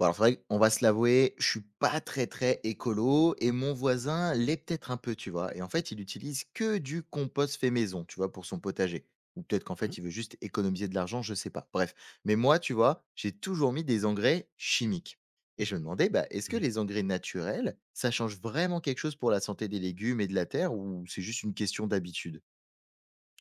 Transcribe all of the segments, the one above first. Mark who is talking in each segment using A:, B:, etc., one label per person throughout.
A: Bon, alors c'est vrai qu'on va se l'avouer, je suis pas très, très écolo et mon voisin l'est peut-être un peu, tu vois? Et en fait, il utilise que du compost fait maison, tu vois, pour son potager. Ou peut-être qu'en
B: Mhm,
A: fait, il veut juste économiser de l'argent, je sais pas. Bref. Mais moi, tu vois, j'ai toujours mis des engrais chimiques. Et je me demandais, bah, est-ce que
B: mhm.
A: les engrais naturels, ça change vraiment quelque chose pour la santé des légumes et de la terre ou c'est juste une question d'habitude?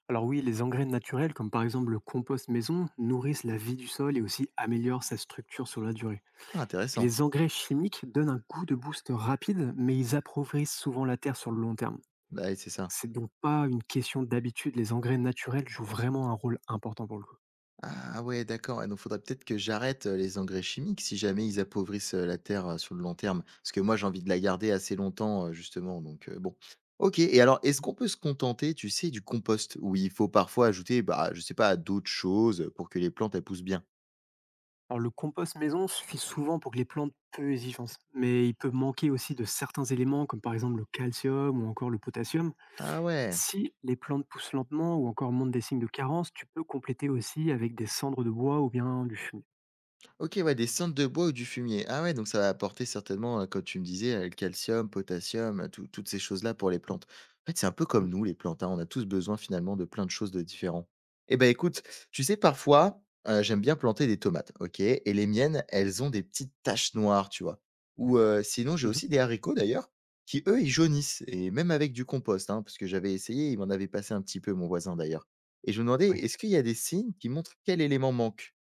B: Alors oui, les engrais naturels, comme par exemple le compost maison, nourrissent la vie du sol et aussi améliorent sa structure sur la durée.
A: Ah,
B: Et
A: intéressant.
B: les engrais chimiques donnent un goût de boost rapide, mais ils appauvrissent souvent la terre sur le long terme.
A: Bah, ouais, c'est ça.
B: C'est donc pas une question d'habitude, les engrais naturels jouent vraiment un rôle important pour le coup.
A: Ah ouais, d'accord, ouais, donc faudrait peut-être que j'arrête, les engrais chimiques si jamais ils appauvrissent, la terre, sur le long terme. Parce que moi, j'ai envie de la garder assez longtemps, justement, donc bon. OK et alors est-ce qu'on peut se contenter, tu sais, du compost? Où il faut parfois ajouter, bah, je sais pas, d'autres choses, pour que les plantes, elles poussent bien?
B: Alors le compost maison suffit souvent pour que les plantes peu exigeantes, mais il peut manquer aussi de certains éléments comme par exemple le calcium ou encore le potassium.
A: Ah ouais!
B: Si les plantes poussent lentement ou encore montrent des signes de carence, tu peux compléter aussi avec des cendres de bois ou bien du fumier.
A: OK, ouais, des cendres de bois ou du fumier. Ah ouais, donc ça va apporter certainement, comme tu me disais, le calcium, potassium, tout toutes ces choses-là pour les plantes. En fait, c'est un peu comme
B: Mhm,
A: nous les plantes, hein, on a tous besoin finalement de plein de choses de différents. Eh ben, écoute, tu sais parfois, j'aime bien planter des tomates, OK et les miennes, elles ont des petites taches noires, tu vois? Ou, sinon j'ai
B: mhm,
A: aussi des haricots d'ailleurs, qui eux, ils jaunissent et même avec du compost, hein, parce que j'avais essayé, il m'en avait passé un petit peu mon voisin d'ailleurs. Et je me demandais,
B: oui.
A: est-ce qu'il y a des signes qui montrent quel élément manque?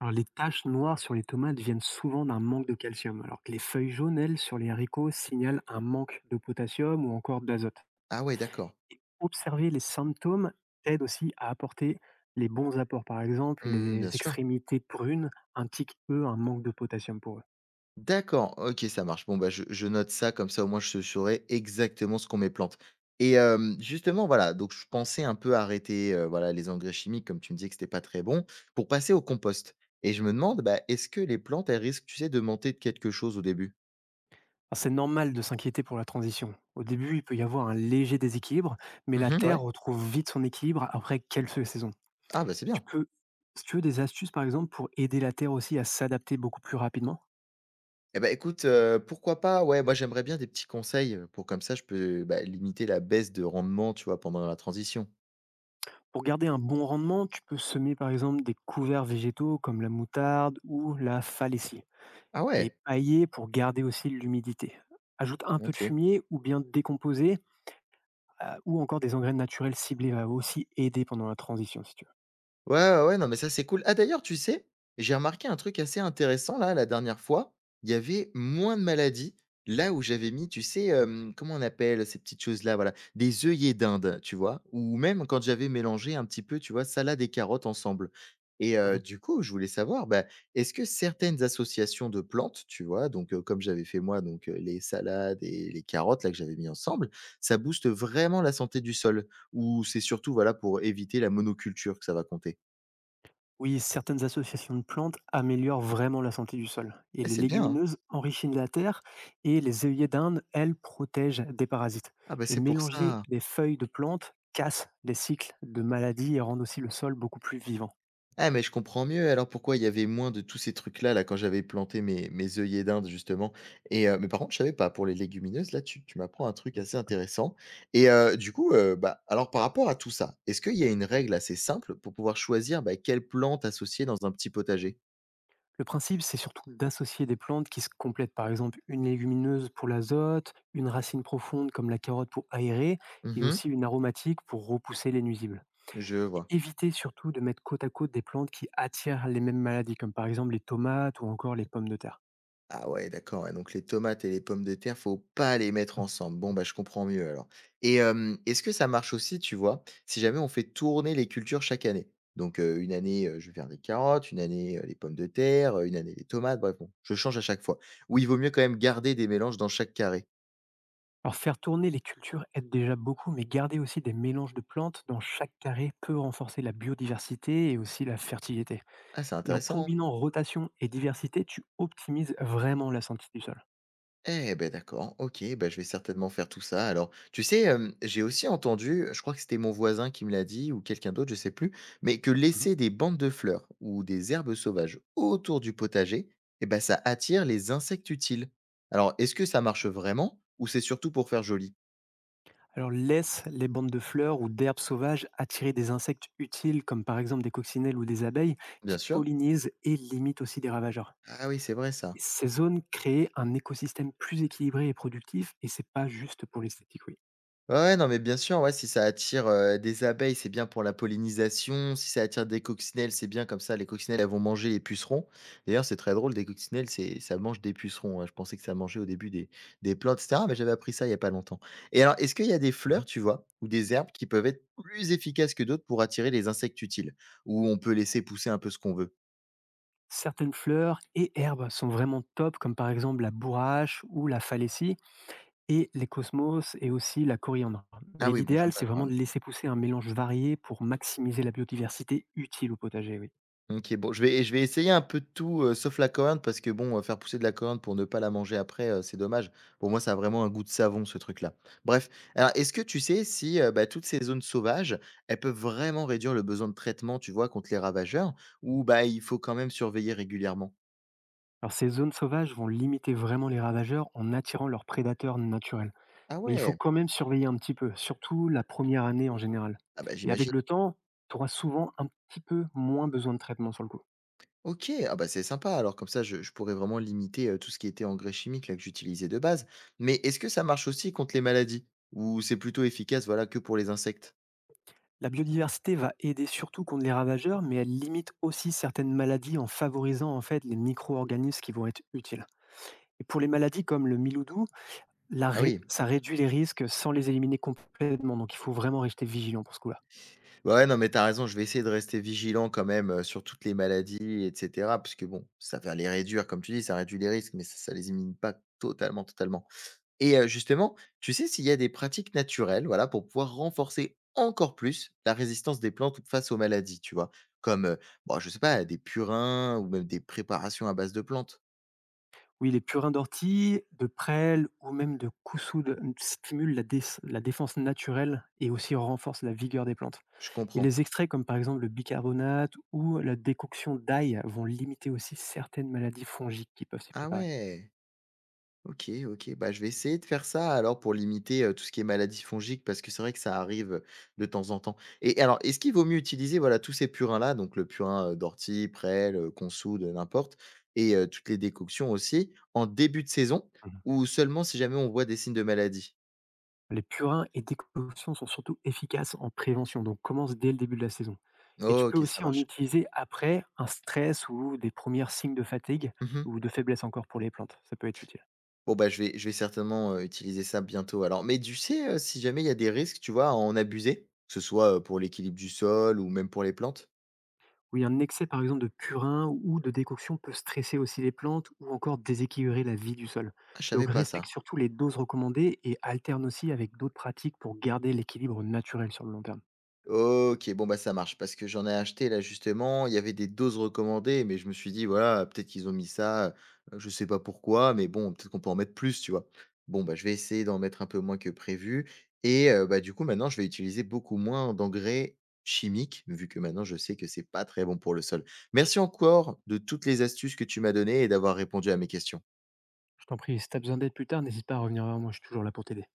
B: Alors les taches noires sur les tomates viennent souvent d'un manque de calcium, alors que les feuilles jaunes, elles, sur les haricots signalent un manque de potassium ou encore d'azote.
A: Ah ouais, d'accord.
B: Et observer les symptômes aide aussi à apporter les bons apports. Par exemple,
A: Mmh,
B: les
A: bien sûr.
B: extrémités prunes indiquent, eux, un manque de potassium pour eux.
A: D'accord, OK, ça marche. Bon, bah, je note ça, comme ça, au moins, je saurai exactement ce qu'on met plante et hem, justement, voilà, donc je pensais un peu arrêter, voilà, les engrais chimiques, comme tu me disais que c'était pas très bon, pour passer au compost et je me demande, bah, est-ce que les plantes, elles risquent, tu sais, de manquer de quelque chose au début?
B: Alors, c'est normal de s'inquiéter pour la transition. Au début, il peut y avoir un léger déséquilibre, mais la
A: Mmh
B: Terre
A: ouais.
B: retrouve vite son équilibre après quelques saisons.
A: Ah, bah, c'est
B: Tu
A: bien.
B: peux, si tu veux des astuces par exemple pour aider la Terre aussi à s'adapter beaucoup plus rapidement.
A: Eh ben écoute, pourquoi pas, ouais, moi, j'aimerais bien des petits conseils, pour comme ça, je peux, bah, limiter la baisse de rendement, tu vois, pendant la transition.
B: Pour garder un bon rendement, tu peux semer par exemple des couverts végétaux comme la moutarde ou la falacie,
A: Ah
B: et
A: ouais!
B: pailler pour garder aussi l'humidité. Ajoute un peu de
A: OK.
B: fumier ou bien décomposer. Ou encore des engrais naturels ciblés va aussi aider pendant la transition si tu veux.
A: Ouais, ouais, ouais, non, mais ça, c'est cool. Ah, d'ailleurs, tu sais, j'ai remarqué un truc assez intéressant là, la dernière fois. Il y avait moins de maladies là où j'avais mis, tu sais, comment on appelle ces petites choses-là, voilà, des œillets d'Inde, tu vois, ou même quand j'avais mélangé un petit peu, tu vois, salade et carottes ensemble. Et
B: Mmh.
A: du coup, je voulais savoir, bah, est-ce que certaines associations de plantes, tu vois, donc comme j'avais fait moi, donc les salades et les carottes là que j'avais mis ensemble, ça booste vraiment la santé du sol, ou c'est surtout voilà pour éviter la monoculture que ça va compter.
B: Oui, certaines associations de plantes améliorent vraiment la santé du sol. Et
A: Eh,
B: les
A: c'est bien, hein?
B: légumineuses enrichissent la terre et les œillets d'Inde, elles, protègent des parasites.
A: Ah, bah,
B: Et
A: c'est pour
B: mélanger
A: ça.
B: les feuilles de plantes casse les cycles de maladies et rend aussi le sol beaucoup plus vivant.
A: Ah, mais je comprends mieux alors pourquoi il y avait moins de tous ces trucs-là, là, quand j'avais planté mes œillets d'Inde justement et mais par contre je savais pas pour les légumineuses, là, tu m'apprends un truc assez intéressant et du coup, bah, alors par rapport à tout ça, est-ce qu'il y a une règle assez simple pour pouvoir choisir, bah, quelle plante associer dans un petit potager?
B: Le principe, c'est surtout d'associer des plantes qui se complètent, par exemple une légumineuse pour l'azote, une racine profonde comme la carotte pour aérer, et
A: Mhm.
B: aussi une aromatique pour repousser les nuisibles.
A: Je
B: É
A: vois.
B: Éviter surtout de mettre côte à côte des plantes qui attirent les mêmes maladies, comme par exemple les tomates ou encore les pommes de terre.
A: Ah ouais, d'accord, ouais, donc les tomates et les pommes de terre, faut pas les mettre ensemble. Bon, bah, je comprends mieux alors. Et hem, est-ce que ça marche aussi, tu vois, si jamais on fait tourner les cultures chaque année? Donc, une année, je vais faire des carottes, une année, les pommes de terre, une année les tomates, bref, bon, je change à chaque fois. Ou il vaut mieux quand même garder des mélanges dans chaque carré?
B: Alors faire tourner les cultures aide déjà beaucoup, mais garder aussi des mélanges de plantes dans chaque carré peut renforcer la biodiversité et aussi la fertilité.
A: Ah, c'est
B: Et en
A: intéressant, hein.
B: combinant rotation et diversité, tu optimises vraiment la santé du sol.
A: Eh ben d'accord, OK, ben je vais certainement faire tout ça. Alors, tu sais, hem, j'ai aussi entendu, je crois que c'était mon voisin qui me l'a dit ou quelqu'un d'autre, je sais plus, mais que
B: Mhm.
A: laisser des bandes de fleurs ou des herbes sauvages autour du potager, eh ben ça attire les insectes utiles. Alors, est-ce que ça marche vraiment ou c'est surtout pour faire joli?
B: Alors laisse les bandes de fleurs ou d'herbes sauvages attirer des insectes utiles comme par exemple des coccinelles ou des abeilles
A: Bien
B: qui
A: sûr.
B: pollinisent et limitent aussi des ravageurs.
A: Ah oui, c'est vrai
B: Et
A: ça.
B: ces zones créent un écosystème plus équilibré et productif et c'est pas juste pour l'esthétique, oui.
A: Ouais, ouais, non, mais bien sûr, ouais, si ça attire, des abeilles, c'est bien pour la pollinisation. Si ça attire des coccinelles, c'est bien comme ça les coccinelles, elles vont manger les pucerons. D'ailleurs, c'est très drôle, des coccinelles, c'est ça mange des pucerons, hein. Je pensais que ça mangeait au début des plantes et cetera, mais j'avais appris ça il y a pas longtemps et alors, est-ce qu'il y a des fleurs,
B: Mhm.
A: tu vois, ou des herbes qui peuvent être plus efficaces que d'autres pour attirer les insectes utiles? Ou on peut laisser pousser un peu ce qu'on veut?
B: Certaines fleurs et herbes sont vraiment top comme par exemple la bourrache ou la phallacie et les cosmos et aussi la coriandre.
A: Ah
B: Mais
A: oui, bon,
B: l'idéal
A: j'aime pas
B: c'est
A: quand
B: vraiment de
A: même.
B: laisser pousser un mélange varié pour maximiser la biodiversité utile au potager, oui.
A: OK, bon, je vais essayer un peu de tout, sauf la coriandre parce que bon, faire pousser de la coriandre pour ne pas la manger après, c'est dommage. Pour moi, ça a vraiment un goût de savon, ce truc-là. Bref, alors est-ce que tu sais si, bah, toutes ces zones sauvages, elles peuvent vraiment réduire le besoin de traitement, tu vois, contre les ravageurs ou bah, il faut quand même surveiller régulièrement?
B: Alors ces zones sauvages vont limiter vraiment les ravageurs en attirant leurs prédateurs naturels.
A: Ah
B: Mais il faut
A: ouais!
B: quand même surveiller un petit peu, surtout la première année en général.
A: Ah bah,
B: Et avec
A: j'imagine.
B: le temps, tu auras souvent un petit peu moins besoin de traitement sur le coup.
A: OK, ah bah, c'est sympa alors comme ça je pourrais vraiment limiter, tout ce qui était engrais chimique là que j'utilisais de base. Mais est-ce que ça marche aussi contre les maladies? Ou c'est plutôt efficace, voilà, que pour les insectes?
B: La biodiversité va aider surtout contre les ravageurs, mais elle limite aussi certaines maladies en favorisant en fait les micro-organismes qui vont être utiles. Et pour les maladies comme le milhoudou,
A: Ah oui.
B: ça réduit les risques sans les éliminer complètement. Donc il faut vraiment rester vigilant pour ce coup-là.
A: Bah ouais, non, mais t'as raison, je vais essayer de rester vigilant quand même, sur toutes les maladies et cetera, parce que bon, ça va les réduire, comme tu dis, ça réduit les risques, mais ça les élimine pas totalement, totalement et justement, tu sais s'il y a des pratiques naturelles, voilà, pour pouvoir renforcer encore plus la résistance des plantes face aux maladies, tu vois? Comme, bon, je sais pas, des purins ou même des préparations à base de plantes?
B: Oui, les purins d'ortie, de prêle ou même de coussoude stimulent la défense naturelle et aussi renforcent la vigueur des plantes.
A: Je
B: Et
A: comprends.
B: les extraits comme par exemple le bicarbonate ou la décoction d'ail vont limiter aussi certaines maladies fongiques qui peuvent s'y
A: Ah
B: préparer.
A: ouais! OK, OK. Bah, je vais essayer de faire ça alors pour limiter, tout ce qui est maladies fongiques parce que c'est vrai que ça arrive, de temps en temps et alors est-ce qu'il vaut mieux utiliser, voilà, tous ces purins-là, donc le purin, d'ortie, prêle, qu'on soude, n'importe et toutes les décoctions aussi en début de saison
B: Mhm.
A: ou seulement si jamais on voit des signes de maladie?
B: Les purins et décoctions sont surtout efficaces en prévention, donc commence dès le début de la saison. Et tu peux
A: OK, ça
B: aussi en
A: marche.
B: utiliser après un stress ou des premiers signes de fatigue
A: Mmh.
B: ou de faiblesse encore pour les plantes. Ça peut être utile.
A: Bon, bah, je vais certainement, utiliser ça bientôt alors mais tu sais, si jamais il y a des risques, tu vois, à en abuser? Que ce soit, pour l'équilibre du sol ou même pour les plantes?
B: Oui, un excès par exemple de purin ou de décoction peut stresser aussi les plantes ou encore déséquilibrer la vie du sol.
A: Ah, je savais
B: Donc
A: pas
B: respecte
A: ça.
B: surtout les doses recommandées et alterne aussi avec d'autres pratiques pour garder l'équilibre naturel sur le long terme.
A: OK, bon, bah, ça marche parce que j'en ai acheté là justement, il y avait des doses recommandées, mais je me suis dit: «Voilà, peut-être qu'ils ont mis ça, je sais pas pourquoi, mais bon, peut-être qu'on peut en mettre plus», tu vois? Bon, bah, je vais essayer d'en mettre un peu moins que prévu et bah, du coup, maintenant, je vais utiliser beaucoup moins d'engrais chimiques, vu que maintenant je sais que c'est pas très bon pour le sol. Merci encore de toutes les astuces que tu m'as données et d'avoir répondu à mes questions.
B: Je t'en prie, si tu as besoin d'aide plus tard, n'hésite pas à revenir vers moi, je suis toujours là pour t'aider.